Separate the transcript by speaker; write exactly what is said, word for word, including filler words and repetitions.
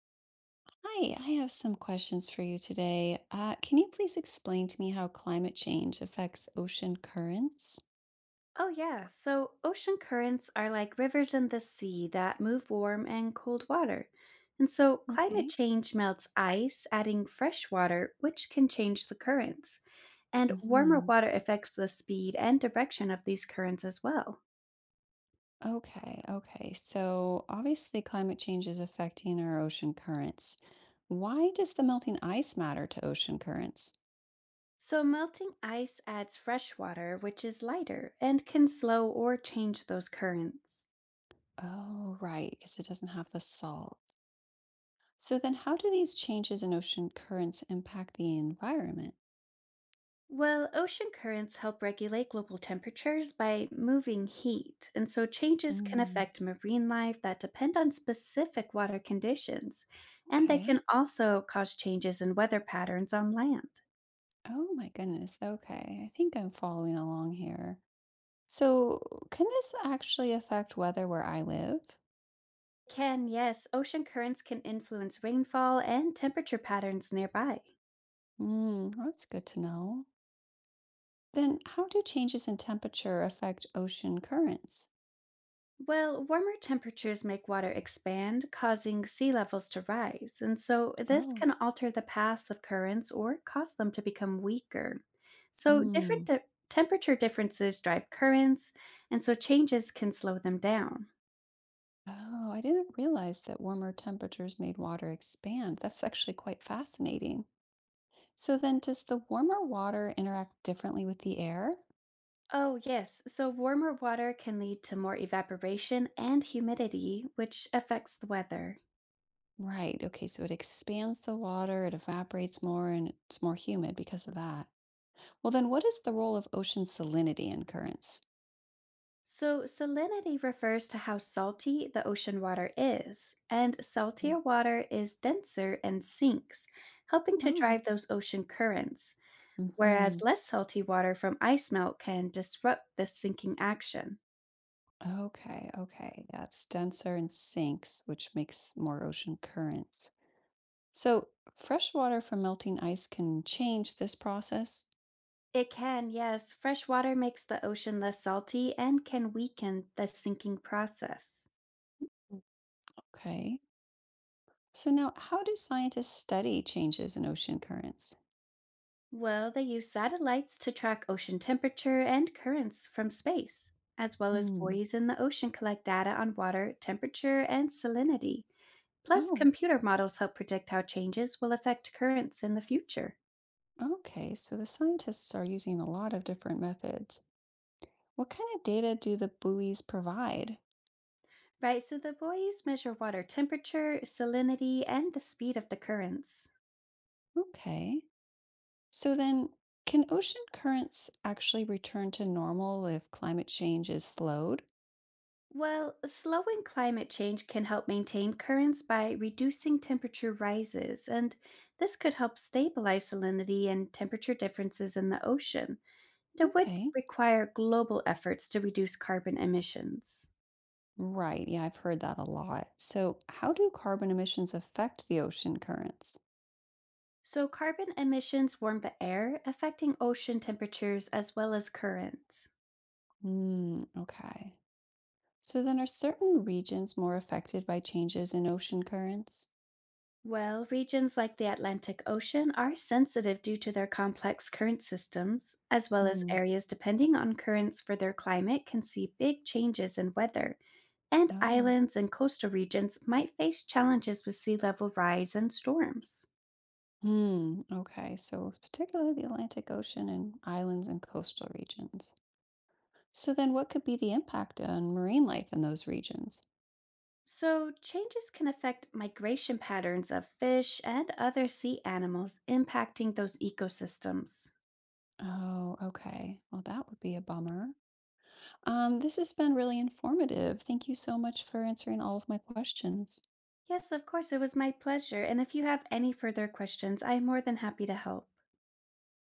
Speaker 1: Hi, I have some questions for you today. Uh, can you please explain to me how climate change affects ocean currents?
Speaker 2: Oh, yeah. So ocean currents are like rivers in the sea that move warm and cold water. And so climate
Speaker 1: Okay.
Speaker 2: change melts ice, adding fresh water, which can change the currents. And warmer
Speaker 1: Hmm.
Speaker 2: water affects the speed and direction of these currents as well.
Speaker 1: Okay, okay. So obviously, climate change is affecting our ocean currents. Why does the melting ice matter to ocean currents?
Speaker 2: So melting ice adds fresh water, which is lighter and can slow or change those currents.
Speaker 1: Oh, right, because it doesn't have the salt. So then, how do these changes in ocean currents impact the environment?
Speaker 2: Well, ocean currents help regulate global temperatures by moving heat, and so changes can
Speaker 1: Mm,
Speaker 2: affect marine life that depend on specific water conditions, and they
Speaker 1: okay.
Speaker 2: can also cause changes in weather patterns on land.
Speaker 1: Oh my goodness. Okay. I think I'm following along here. So, can this actually affect weather where I live?
Speaker 2: Can, yes, ocean currents can influence rainfall and temperature patterns nearby.
Speaker 1: Mm, that's good to know. Then, how do changes in temperature affect ocean currents?
Speaker 2: Well, warmer temperatures make water expand, causing sea levels to rise, and so this
Speaker 1: Oh,
Speaker 2: can alter the paths of currents or cause them to become weaker. So, different
Speaker 1: hmm.
Speaker 2: de- temperature differences drive currents, and so changes can slow them down.
Speaker 1: Oh, I didn't realize that warmer temperatures made water expand. That's actually quite fascinating. So, then does the warmer water interact differently with the air?
Speaker 2: Oh, yes, so warmer water can lead to more evaporation and humidity, which affects the weather.
Speaker 1: Right. Okay. So it expands the water, it evaporates more, and it's more humid because of that. Well, then what is the role of ocean salinity in currents?
Speaker 2: So, salinity refers to how salty the ocean water is, and
Speaker 1: Mm.
Speaker 2: saltier water is denser and sinks, helping to drive
Speaker 1: Oh.
Speaker 2: those ocean currents, whereas
Speaker 1: Hmm.
Speaker 2: less salty water from ice melt can disrupt this sinking action.
Speaker 1: Okay, okay. Yeah, it's denser and sinks, which makes more ocean currents. So fresh water from melting ice can change this process.
Speaker 2: It can, yes, fresh water makes the ocean less salty and can weaken the sinking process.
Speaker 1: Okay. So now, how do scientists study changes in ocean currents?
Speaker 2: Well, they use satellites to track ocean temperature and currents from space, as well as
Speaker 1: Hmm.
Speaker 2: buoys in the ocean collect data on water temperature and salinity. Plus,
Speaker 1: Oh,
Speaker 2: computer models help predict how changes will affect currents in the future.
Speaker 1: okay. So the scientists are using a lot of different methods. What kind of data do the buoys provide?
Speaker 2: Right, so the buoys measure water temperature, salinity, and the speed of the currents.
Speaker 1: Okay. So then, can ocean currents actually return to normal if climate change is slowed?
Speaker 2: Well, slowing climate change can help maintain currents by reducing temperature rises, and this could help stabilize salinity and temperature differences in the ocean. That would
Speaker 1: Okay.
Speaker 2: require global efforts to reduce carbon emissions.
Speaker 1: Right. Yeah, I've heard that a lot. So, how do carbon emissions affect the ocean currents?
Speaker 2: So, carbon emissions warm the air, affecting ocean temperatures as well as currents.
Speaker 1: Hmm. Okay. So, then are certain regions more affected by changes in ocean currents?
Speaker 2: Well, regions like the Atlantic Ocean are sensitive due to their complex current systems, as well as
Speaker 1: Hmm.
Speaker 2: areas depending on currents for their climate can see big changes in weather, and
Speaker 1: Oh.
Speaker 2: islands and coastal regions might face challenges with sea level rise and storms.
Speaker 1: Hmm. Okay. So, particularly the Atlantic Ocean and islands and coastal regions. So, then what could be the impact on marine life in those regions?
Speaker 2: So, changes can affect migration patterns of fish and other sea animals, impacting those ecosystems.
Speaker 1: Oh, okay. Well, that would be a bummer. Um, this has been really informative. Thank you so much for answering all of my questions.
Speaker 2: Yes, of course, it was my pleasure. And if you have any further questions, I am more than happy to help.